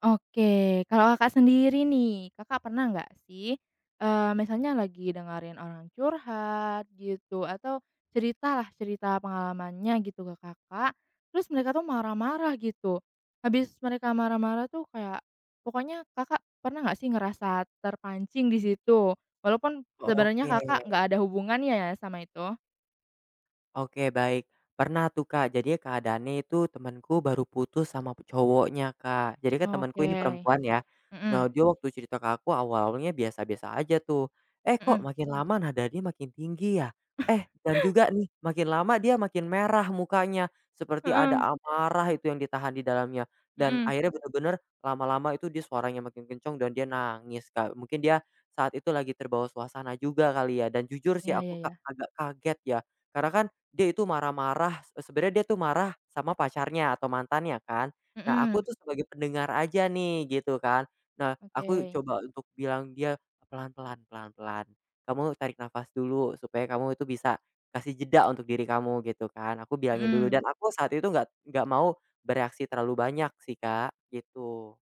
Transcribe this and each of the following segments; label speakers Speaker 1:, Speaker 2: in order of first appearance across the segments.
Speaker 1: Oke, kalau Kakak sendiri nih, Kakak pernah nggak sih, misalnya lagi dengerin orang curhat gitu atau cerita pengalamannya gitu ke Kakak, terus mereka tuh marah-marah gitu. Habis mereka marah-marah tuh kayak pokoknya Kakak pernah nggak sih ngerasa terpancing di situ? Walaupun sebenarnya
Speaker 2: Oke.
Speaker 1: Kakak nggak ada hubungannya ya sama itu?
Speaker 2: Oke, baik. Pernah tuh Kak, jadi keadaannya itu temanku baru putus sama cowoknya Kak. Jadi kan temanku
Speaker 1: Oke,
Speaker 2: ini perempuan ya.
Speaker 1: mhm
Speaker 2: Nah dia waktu cerita ke aku awalnya biasa-biasa aja tuh. Eh kok
Speaker 1: mhm,
Speaker 2: makin lama nada dia makin tinggi ya? Eh dan juga nih makin lama dia makin merah mukanya. Seperti ada
Speaker 1: heeh,
Speaker 2: amarah itu yang ditahan di dalamnya. Dan
Speaker 1: mhm.
Speaker 2: akhirnya bener-bener lama-lama itu dia suaranya makin kencang dan dia nangis Kak. Mungkin dia saat itu lagi terbawa suasana juga kali ya. Dan jujur sih
Speaker 1: Iya iya
Speaker 2: aku
Speaker 1: iya,
Speaker 2: agak kaget ya. Karena kan dia itu marah-marah, sebenarnya dia tuh marah sama pacarnya atau mantannya kan. Nah, aku
Speaker 1: mhm,
Speaker 2: tuh sebagai pendengar aja nih gitu kan. Nah, aku
Speaker 1: oke,
Speaker 2: coba untuk bilang dia, "Pelan-pelan, kamu tarik nafas dulu supaya kamu itu bisa kasih jeda untuk diri kamu," gitu kan. Aku bilangin dulu
Speaker 1: mhm.
Speaker 2: dan aku saat itu nggak mau bereaksi terlalu banyak sih, Kak, gitu.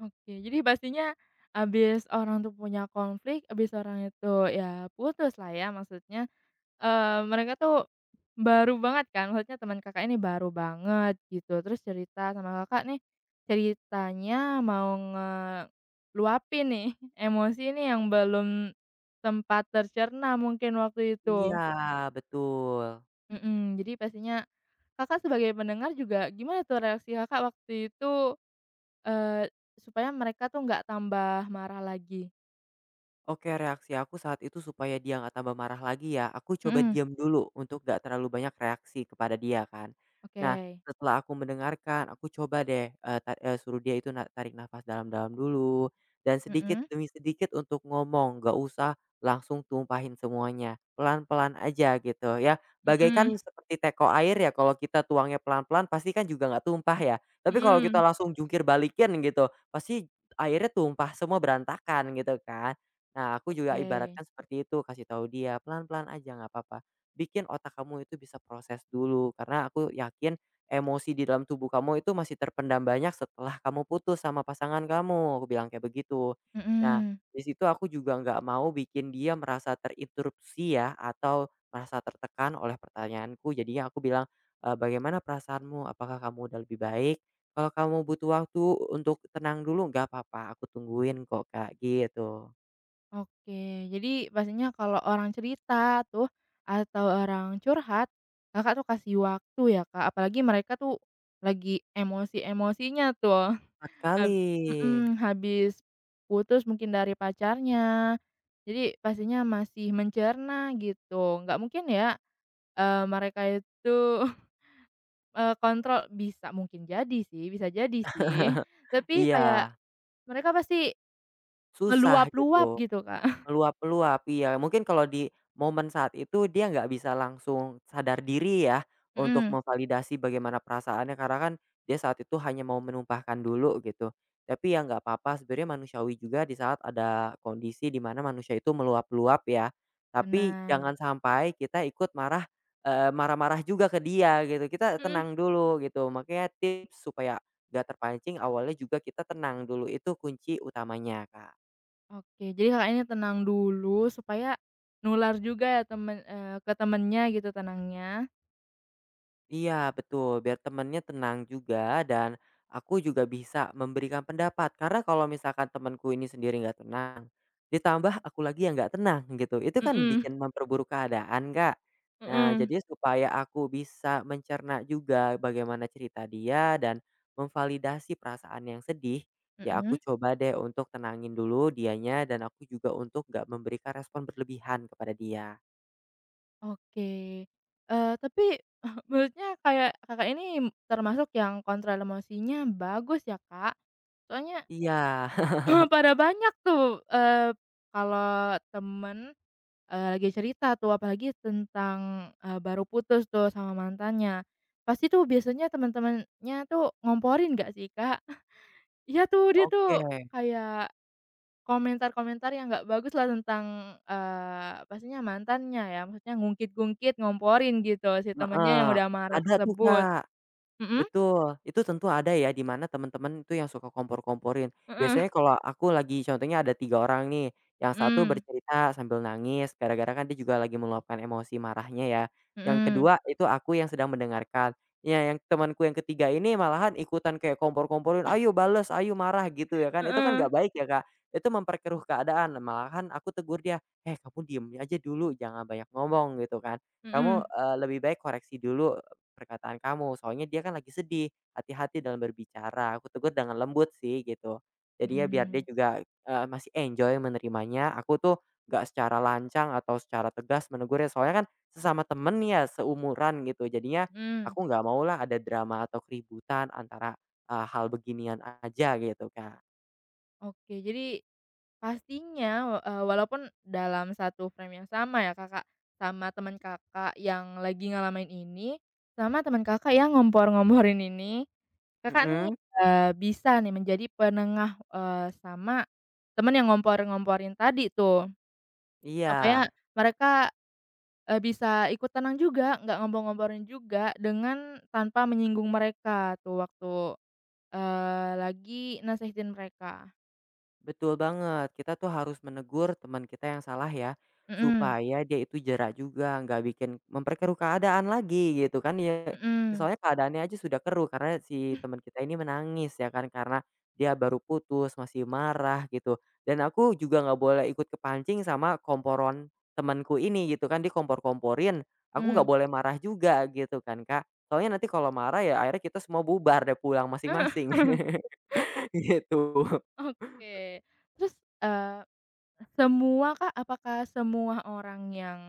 Speaker 1: Oke, jadi pastinya abis orang tuh punya konflik, abis orang itu ya putus lah ya maksudnya, mereka tuh baru banget kan, maksudnya teman Kakak ini baru banget gitu, terus cerita sama Kakak nih, ceritanya mau ngeluapin nih emosi nih yang belum sempat tercerna mungkin waktu itu.
Speaker 2: Iya, betul.
Speaker 1: Mhm, jadi pastinya Kakak sebagai pendengar juga gimana tuh reaksi Kakak waktu itu, eee, supaya mereka tuh nggak tambah marah lagi?
Speaker 2: Oke, reaksi aku saat itu supaya dia nggak tambah marah lagi ya, aku coba
Speaker 1: Mhm,
Speaker 2: diam dulu untuk nggak terlalu banyak reaksi kepada dia kan. Nah,
Speaker 1: oke.
Speaker 2: setelah aku mendengarkan, aku coba deh, suruh dia itu tarik nafas dalam-dalam dulu, dan sedikit
Speaker 1: Mhm.
Speaker 2: demi sedikit untuk ngomong, nggak usah langsung tumpahin semuanya, pelan-pelan aja gitu ya.
Speaker 1: Mhm
Speaker 2: Bagaikan seperti teko air ya, kalau kita tuangnya pelan-pelan pasti kan juga nggak tumpah ya, tapi kalau
Speaker 1: mhm.
Speaker 2: kita langsung jungkir balikin gitu, pasti airnya tumpah semua berantakan gitu kan. Nah, aku juga
Speaker 1: Oke,
Speaker 2: ibaratkan seperti itu, kasih tahu dia, pelan-pelan aja nggak apa-apa. Bikin otak kamu itu bisa proses dulu, karena aku yakin emosi di dalam tubuh kamu itu masih terpendam banyak setelah kamu putus sama pasangan kamu, aku bilang kayak begitu. Nah,
Speaker 1: mhm,
Speaker 2: di situ aku juga nggak mau bikin dia merasa terinterupsi ya, atau merasa tertekan oleh pertanyaanku. Jadinya aku bilang, Bagaimana perasaanmu? Apakah kamu udah lebih baik? Kalau kamu butuh waktu untuk tenang dulu, nggak apa-apa, aku tungguin kok, Kak, gitu."
Speaker 1: oke. Jadi pastinya kalau orang cerita tuh atau orang curhat, Kakak tuh kasih waktu ya, Kak, apalagi mereka tuh lagi emosi-emosinya tuh,
Speaker 2: 4 kali.
Speaker 1: hab mhm, habis putus mungkin dari pacarnya, jadi pastinya masih mencerna gitu, nggak mungkin ya, mereka itu kontrol bisa mungkin jadi sih, bisa jadi sih. Tapi
Speaker 2: Iya,
Speaker 1: kayak mereka pasti
Speaker 2: susah
Speaker 1: meluap-luap
Speaker 2: gitu.
Speaker 1: gitu, Kak.
Speaker 2: Meluap-meluap, iya. Mungkin kalau di momen saat itu dia nggak bisa langsung sadar diri ya, untuk
Speaker 1: Mhm,
Speaker 2: memvalidasi bagaimana perasaannya karena kan dia saat itu hanya mau menumpahkan dulu gitu. Tapi ya nggak apa-apa sebenarnya manusiawi juga di saat ada kondisi di mana manusia itu meluap-luap ya. Tapi
Speaker 1: benar.
Speaker 2: jangan sampai kita ikut marah, marah-marah juga ke dia gitu, kita
Speaker 1: Mhm,
Speaker 2: tenang dulu gitu. Makanya tips supaya nggak terpancing awalnya juga kita tenang dulu, itu kunci utamanya, Kak.
Speaker 1: oke. Jadi Kakaknya tenang dulu supaya nular juga ya temen ke temennya gitu tenangnya.
Speaker 2: Iya betul, biar temennya tenang juga dan aku juga bisa memberikan pendapat. Karena kalau misalkan temanku ini sendiri nggak tenang, ditambah aku lagi yang nggak tenang gitu, itu kan
Speaker 1: Mhm,
Speaker 2: bikin memperburuk keadaan Kak. Nah
Speaker 1: mhm,
Speaker 2: jadi supaya aku bisa mencerna juga bagaimana cerita dia dan memvalidasi perasaan yang sedih, ya
Speaker 1: mhm,
Speaker 2: aku coba deh untuk tenangin dulu dianya dan aku juga untuk nggak memberikan respon berlebihan kepada dia.
Speaker 1: oke. Tapi menurutnya kayak Kakak ini termasuk yang kontrol emosinya bagus ya, Kak. Soalnya
Speaker 2: Iya,
Speaker 1: pada banyak tuh, kalau temen lagi cerita tuh apalagi tentang, baru putus tuh sama mantannya. Pasti tuh biasanya teman-temannya tuh ngomporin nggak sih, Kak? Iya tuh, dia
Speaker 2: oke.
Speaker 1: tuh kayak komentar-komentar yang nggak bagus lah tentang, pastinya mantannya ya, maksudnya ngungkit-ngungkit, ngomporin gitu si temannya yang
Speaker 2: Heeh,
Speaker 1: udah marah
Speaker 2: ada tuh
Speaker 1: tersebut.
Speaker 2: Kak.
Speaker 1: Mhm,
Speaker 2: Betul, itu tentu ada ya di mana teman-teman itu yang suka kompor-komporin.
Speaker 1: heeh,
Speaker 2: Biasanya kalau aku lagi contohnya ada 3 orang nih, yang satu
Speaker 1: mhm,
Speaker 2: bercerita sambil nangis gara-gara kan dia juga lagi meluapkan emosi marahnya ya. Yang
Speaker 1: mhm,
Speaker 2: kedua itu aku yang sedang mendengarkan. Ya yang temanku yang ketiga ini malahan ikutan kayak kompor-komporin, "Ayo bales, ayo marah," gitu ya kan. Itu kan
Speaker 1: heeh,
Speaker 2: nggak baik ya, Kak. Itu memperkeruh keadaan, malahan aku tegur dia, "Eh kamu diem aja dulu, jangan banyak ngomong," gitu kan. "Kamu,
Speaker 1: mhm,
Speaker 2: lebih baik koreksi dulu perkataan kamu, soalnya dia kan lagi sedih, hati-hati dalam berbicara." Aku tegur dengan lembut sih gitu. Jadi
Speaker 1: mhm,
Speaker 2: ya biar dia
Speaker 1: mhm,
Speaker 2: juga, masih enjoy menerimanya, aku tuh nggak secara lancang atau secara tegas menegurnya, soalnya kan sesama temen ya, seumuran gitu. Jadinya
Speaker 1: mhm.
Speaker 2: aku nggak mau lah ada drama atau keributan antara, hal beginian aja gitu, Kak.
Speaker 1: Oke, jadi pastinya, walaupun dalam satu frame yang sama ya, Kakak, sama teman Kakak yang lagi ngalamin ini, sama teman Kakak yang ngompor-ngomporin ini, Kakak nih,
Speaker 2: Mhm,
Speaker 1: bisa nih menjadi penengah, sama teman yang ngompor-ngomporin tadi tuh. Supaya
Speaker 2: iya.
Speaker 1: mereka, bisa ikut tenang juga, nggak ngompor-ngomporin juga dengan tanpa menyinggung mereka tuh waktu, lagi nasihatin mereka.
Speaker 2: Betul banget, kita tuh harus menegur teman kita yang salah ya,
Speaker 1: Mhm
Speaker 2: supaya dia itu jerak juga, nggak bikin memperkeruh keadaan lagi gitu kan ya.
Speaker 1: mhm
Speaker 2: Soalnya keadaannya aja sudah keruh karena si teman kita ini menangis ya kan, karena dia baru putus, masih marah gitu. Dan aku juga nggak boleh ikut kepancing sama komporon temanku ini gitu kan, dikompor-komporin, aku
Speaker 1: mhm,
Speaker 2: nggak boleh marah juga gitu kan Kak. Soalnya nanti kalau marah ya akhirnya kita semua bubar deh pulang masing-masing,
Speaker 1: mmm.
Speaker 2: gitu.
Speaker 1: Oke. Terus, eee, semua kak? Apakah semua orang yang,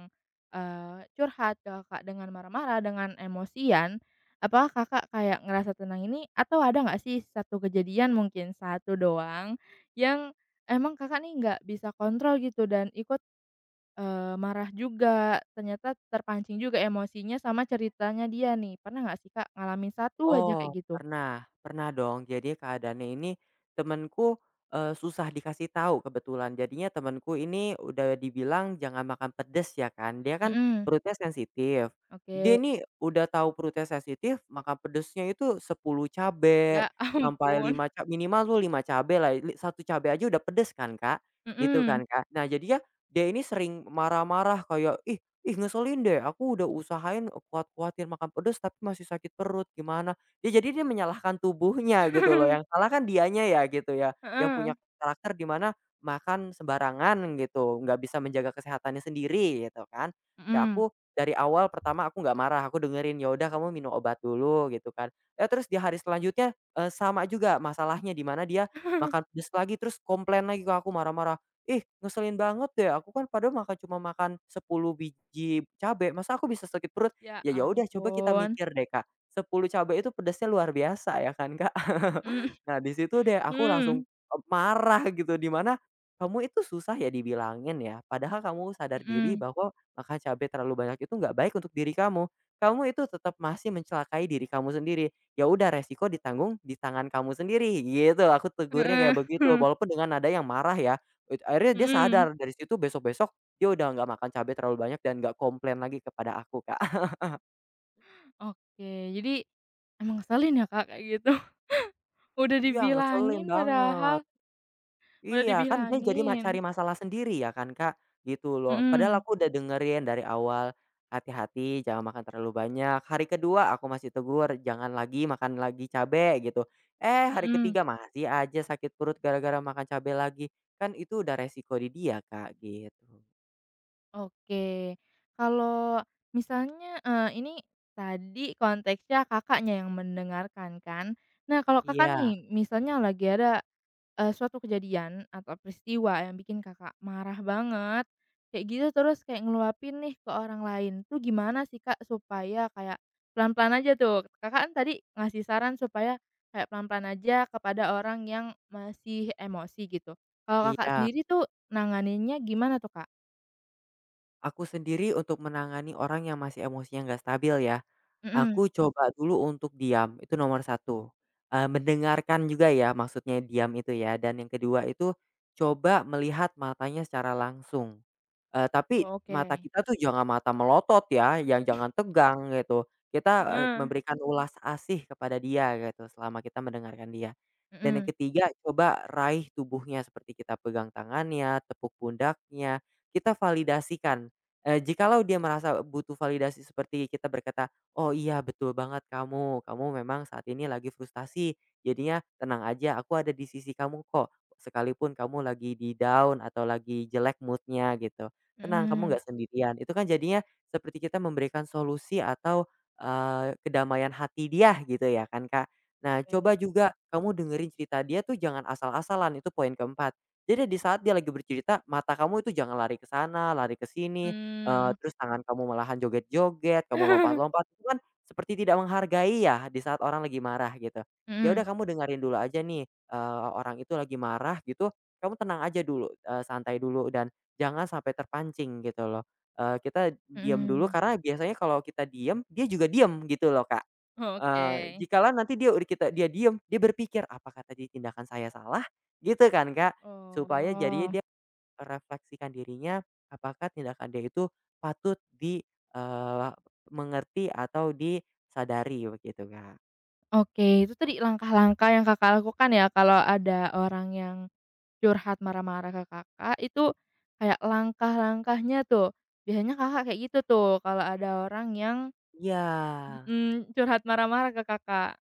Speaker 1: curhat ke Kakak dengan marah-marah, dengan emosian, apakah Kakak kayak ngerasa tenang ini atau ada nggak sih satu kejadian mungkin satu doang yang emang Kakak nih nggak bisa kontrol gitu dan ikut, marah juga, ternyata terpancing juga emosinya sama ceritanya dia nih. Pernah nggak sih, Kak, ngalamin satu aja
Speaker 2: Oh,
Speaker 1: kayak gitu?
Speaker 2: pernah pernah dong. Jadi keadaannya ini temanku susah dikasih tahu kebetulan. Jadinya temanku ini udah dibilang jangan makan pedes ya kan, dia kan
Speaker 1: Mhm,
Speaker 2: perutnya sensitif. Dia
Speaker 1: oke.
Speaker 2: ini udah tahu perutnya sensitif, makan pedesnya itu 10
Speaker 1: Ya
Speaker 2: cabe, sampai
Speaker 1: ampun,
Speaker 2: 5 minimal tuh 5 cabe lah, 1 cabe aja udah pedes kan, Kak, gitu
Speaker 1: mhm.
Speaker 2: kan, Kak. Nah jadinya dia ini sering marah-marah kayak, "Ih ih ngeselin deh, aku udah usahain, kuat-kuatin makan pedes tapi masih sakit perut, gimana." Ya jadi dia menyalahkan tubuhnya gitu loh, yang salah kan dianya ya gitu ya, yang punya
Speaker 1: Heeh.
Speaker 2: karakter di mana makan sembarangan gitu, nggak bisa menjaga kesehatannya sendiri gitu kan. Ya
Speaker 1: Mhm.
Speaker 2: aku dari awal pertama aku nggak marah, aku dengerin, "Ya udah kamu minum obat dulu," gitu kan. Ya terus di hari selanjutnya, sama juga masalahnya di mana dia makan pedes lagi terus komplain lagi ke aku marah-marah, "Ih ngeselin banget deh, aku kan padahal makan cuma makan 10 biji cabe, masa aku bisa sakit perut?"
Speaker 1: Ya
Speaker 2: Ya ya udah coba kita
Speaker 1: ampun.
Speaker 2: mikir deh Kak, 10 cabai itu pedasnya luar biasa ya kan, Kak. Nah, di situ deh aku langsung,
Speaker 1: Mhm.
Speaker 2: marah gitu, di mana, "Kamu itu susah ya dibilangin ya, padahal kamu sadar diri
Speaker 1: Mhm.
Speaker 2: bahwa makan cabai terlalu banyak itu nggak baik untuk diri kamu. Kamu itu tetap masih mencelakai diri kamu sendiri. Ya udah resiko ditanggung di tangan kamu sendiri." Gitu, aku tegurnya
Speaker 1: Heeh.
Speaker 2: kayak begitu, walaupun dengan nada yang marah ya. Akhirnya dia sadar,
Speaker 1: Mhm.
Speaker 2: dari situ besok-besok dia udah nggak makan cabai terlalu banyak dan nggak komplain lagi kepada aku, Kak.
Speaker 1: Oke, jadi emang ngeselin ya, Kak, kayak gitu. Udah
Speaker 2: Iya, ngeselin
Speaker 1: dibilangin
Speaker 2: banget.
Speaker 1: padahal, udah
Speaker 2: Iya, kan dia jadi cari
Speaker 1: dibilangin.
Speaker 2: masalah sendiri ya kan, Kak, gitu loh.
Speaker 1: Mhm,
Speaker 2: Padahal aku udah dengerin dari awal, hati-hati jangan makan terlalu banyak, hari kedua aku masih tegur, jangan lagi makan lagi cabe gitu. Eh, hari
Speaker 1: mhm.
Speaker 2: ketiga masih aja sakit perut gara-gara makan cabe lagi, kan itu udah resiko di dia, Kak, gitu.
Speaker 1: Oke. Kalau misalnya, ini tadi konteksnya Kakaknya yang mendengarkan kan. Nah, kalau Kakak
Speaker 2: Iya
Speaker 1: nih misalnya lagi ada, suatu kejadian atau peristiwa yang bikin Kakak marah banget, kayak gitu terus kayak ngeluapin nih ke orang lain, tuh gimana sih, Kak, supaya kayak pelan-pelan aja tuh? Kakak kan tadi ngasih saran supaya kayak pelan-pelan aja kepada orang yang masih emosi gitu. Kalau Kakak
Speaker 2: iya,
Speaker 1: sendiri tuh nanganinnya gimana tuh, Kak?
Speaker 2: aku sendiri untuk menangani orang yang masih emosinya nggak stabil ya.
Speaker 1: Mhm.
Speaker 2: Aku coba dulu untuk diam, itu nomor satu. Mendengarkan juga ya maksudnya diam itu ya, dan yang kedua itu coba melihat matanya secara langsung, tapi mata
Speaker 1: Oke.
Speaker 2: kita tuh jangan mata melotot ya, yang jangan tegang gitu, kita,
Speaker 1: Heeh.
Speaker 2: memberikan ulas asih kepada dia gitu selama kita mendengarkan dia. Dan yang
Speaker 1: Mhm
Speaker 2: ketiga coba raih tubuhnya seperti kita pegang tangannya, tepuk pundaknya, kita validasikan, jikalau dia merasa butuh validasi seperti kita berkata, "Oh iya betul banget kamu, kamu memang saat ini lagi frustasi. Jadinya tenang aja, aku ada di sisi kamu kok. Sekalipun kamu lagi di down atau lagi jelek moodnya gitu. Tenang, kamu
Speaker 1: mhm.
Speaker 2: nggak sendirian." Itu kan jadinya seperti kita memberikan solusi atau kedamaian hati dia gitu ya kan Kak. Nah
Speaker 1: Oke.
Speaker 2: coba juga kamu dengerin cerita dia tuh jangan asal-asalan, itu poin keempat. Jadi di saat dia lagi bercerita, mata kamu itu jangan lari ke sana, lari ke sini,
Speaker 1: Mmm.
Speaker 2: terus tangan kamu malahan joget-joget, kamu lompat-lompat, itu kan seperti tidak menghargai ya di saat orang lagi marah gitu. Ya udah
Speaker 1: Mhm
Speaker 2: kamu dengerin dulu aja nih, orang itu lagi marah gitu, kamu tenang aja dulu, santai dulu dan jangan sampai terpancing gitu loh. Kita diam dulu
Speaker 1: mhm.
Speaker 2: karena biasanya kalau kita diam, dia juga diam gitu loh, Kak.
Speaker 1: Oke.
Speaker 2: Jikalau nanti dia udah dia diam, dia berpikir, "Apakah tadi tindakan saya salah?" Gitu kan, Kak. Supaya jadinya
Speaker 1: Oh,
Speaker 2: dia merefleksikan dirinya apakah tindakan dia itu patut eee, mengerti atau disadari begitu, Kak.
Speaker 1: oke. Itu tadi langkah-langkah yang Kakak lakukan ya kalau ada orang yang curhat marah-marah ke Kakak, itu kayak langkah-langkahnya tuh, biasanya Kakak kayak gitu tuh kalau ada orang yang,
Speaker 2: Iya,
Speaker 1: mmm, curhat marah-marah ke Kakak?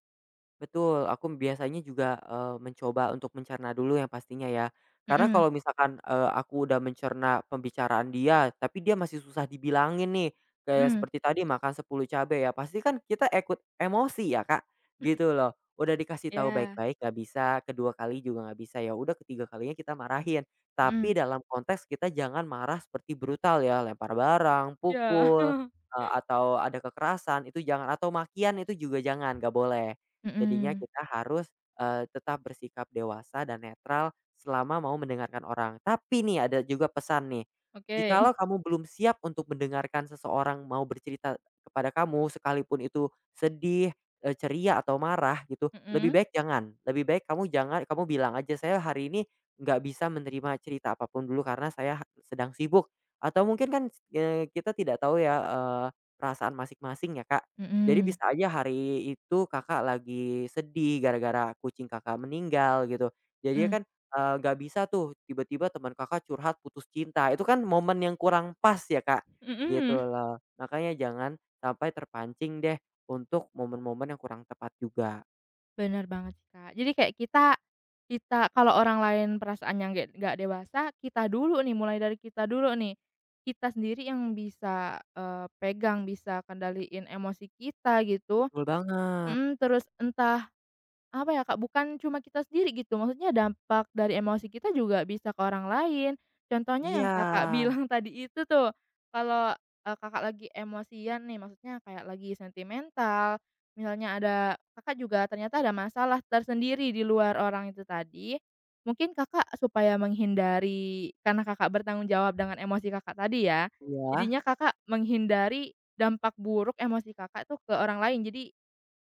Speaker 2: betul, aku biasanya juga, mencoba untuk mencerna dulu yang pastinya ya. Karena
Speaker 1: Mhm
Speaker 2: kalau misalkan, aku udah mencerna pembicaraan dia, tapi dia masih susah dibilangin nih, kayak
Speaker 1: mhm.
Speaker 2: seperti tadi makan 10 cabai ya, pasti kan kita ikut emosi ya, Kak, gitu loh. Udah dikasih tahu
Speaker 1: Ya.
Speaker 2: baik-baik nggak bisa, kedua kali juga nggak bisa, ya udah ketiga kalinya kita marahin.
Speaker 1: Mhm.
Speaker 2: Tapi dalam konteks kita jangan marah seperti brutal ya, lempar barang,
Speaker 1: Ya.
Speaker 2: pukul, atau ada kekerasan, itu jangan atau makian itu juga jangan, nggak boleh. Jadinya
Speaker 1: Mhm.
Speaker 2: kita harus, tetap bersikap dewasa dan netral selama mau mendengarkan orang. Tapi nih ada juga pesan nih,
Speaker 1: Oke.
Speaker 2: jikalau kamu belum siap untuk mendengarkan seseorang mau bercerita kepada kamu sekalipun itu sedih, ceria atau marah gitu, lebih
Speaker 1: Mhm.
Speaker 2: baik jangan, lebih baik kamu jangan kamu bilang aja, "Saya hari ini nggak bisa menerima cerita apapun dulu karena saya sedang sibuk." Atau mungkin kan, kita tidak tahu ya, perasaan masing-masing ya, Kak. Jadi
Speaker 1: Mhm,
Speaker 2: bisa aja hari itu Kakak lagi sedih gara-gara kucing Kakak meninggal gitu. Jadinya
Speaker 1: mhm.
Speaker 2: kan, nggak bisa tuh tiba-tiba teman Kakak curhat putus cinta, itu kan momen yang kurang pas ya, Kak, gitu
Speaker 1: Mhm.
Speaker 2: loh. Makanya jangan sampai terpancing deh untuk momen-momen yang kurang tepat juga.
Speaker 1: Bener banget sih, Kak. Jadi kayak kita kita kalau orang lain perasaannya nggak dewasa, kita dulu nih, mulai dari kita dulu nih. Kita sendiri yang bisa, pegang, bisa kendaliin emosi kita gitu,
Speaker 2: Betul banget.
Speaker 1: mhm, terus entah apa ya, Kak, bukan cuma kita sendiri gitu, maksudnya dampak dari emosi kita juga bisa ke orang lain. Contohnya yang
Speaker 2: Iya.
Speaker 1: Kakak bilang tadi itu tuh, kalau, Kakak lagi emosian nih, maksudnya kayak lagi sentimental, misalnya ada Kakak juga ternyata ada masalah tersendiri di luar orang itu tadi, mungkin Kakak supaya menghindari karena Kakak bertanggung jawab dengan emosi Kakak tadi ya,
Speaker 2: Iya?
Speaker 1: jadinya Kakak menghindari dampak buruk emosi Kakak tuh ke orang lain, jadi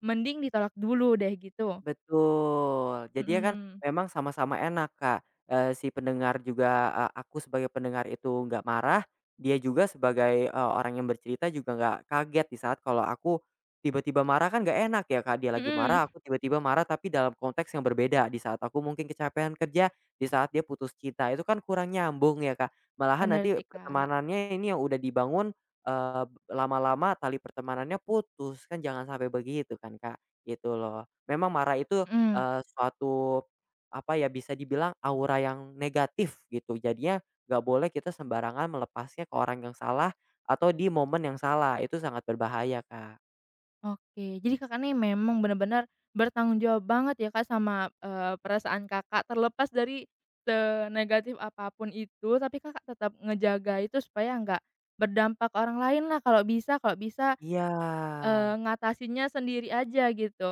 Speaker 1: mending ditolak dulu deh, gitu?
Speaker 2: Betul, jadinya kan
Speaker 1: Mhm,
Speaker 2: memang sama-sama enak, Kak, si pendengar juga, aku sebagai pendengar itu nggak marah, dia juga sebagai, orang yang bercerita juga nggak kaget di saat kalau aku tiba-tiba marah kan nggak enak ya, Kak, dia lagi marah,
Speaker 1: mhm.
Speaker 2: aku tiba-tiba marah tapi dalam konteks yang berbeda, di saat aku mungkin kecapean kerja, di saat dia putus cinta, itu kan kurang nyambung ya, Kak. Malahan
Speaker 1: Bener
Speaker 2: nanti
Speaker 1: sih, Kak,
Speaker 2: pertemanannya ini yang udah dibangun, eee, lama-lama tali pertemanannya putus, kan jangan sampai begitu kan, Kak, gitu loh. Memang marah itu,
Speaker 1: mhm,
Speaker 2: suatu, apa ya, bisa dibilang aura yang negatif gitu. Jadinya nggak boleh kita sembarangan melepasnya ke orang yang salah atau di momen yang salah, itu sangat berbahaya, Kak.
Speaker 1: oke. Jadi Kakak nih memang bener-bener bertanggung jawab banget ya, Kak, sama, perasaan Kakak terlepas dari senegatif apapun itu, tapi Kakak tetap ngejaga itu supaya nggak berdampak ke orang lain lah kalau bisa,
Speaker 2: Iya.
Speaker 1: ngatasinnya sendiri aja gitu.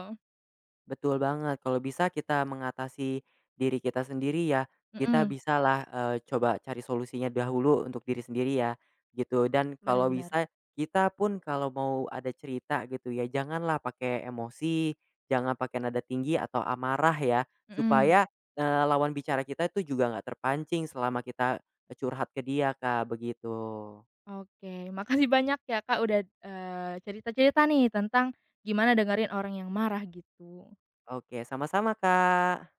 Speaker 2: Betul banget, kalau bisa kita mengatasi diri kita sendiri ya, kita
Speaker 1: Mhm,
Speaker 2: bisalah, coba cari solusinya dahulu untuk diri sendiri ya, gitu. Dan
Speaker 1: bener
Speaker 2: kalau
Speaker 1: bener,
Speaker 2: bisa kita pun kalau mau ada cerita gitu ya, janganlah pakai emosi, jangan pakai nada tinggi atau amarah ya,
Speaker 1: mhm,
Speaker 2: supaya, lawan bicara kita itu juga nggak terpancing selama kita curhat ke dia, Kak, begitu.
Speaker 1: oke. Makasih banyak ya, Kak, udah, cerita-cerita nih tentang gimana dengerin orang yang marah gitu.
Speaker 2: Oke, sama-sama, Kak.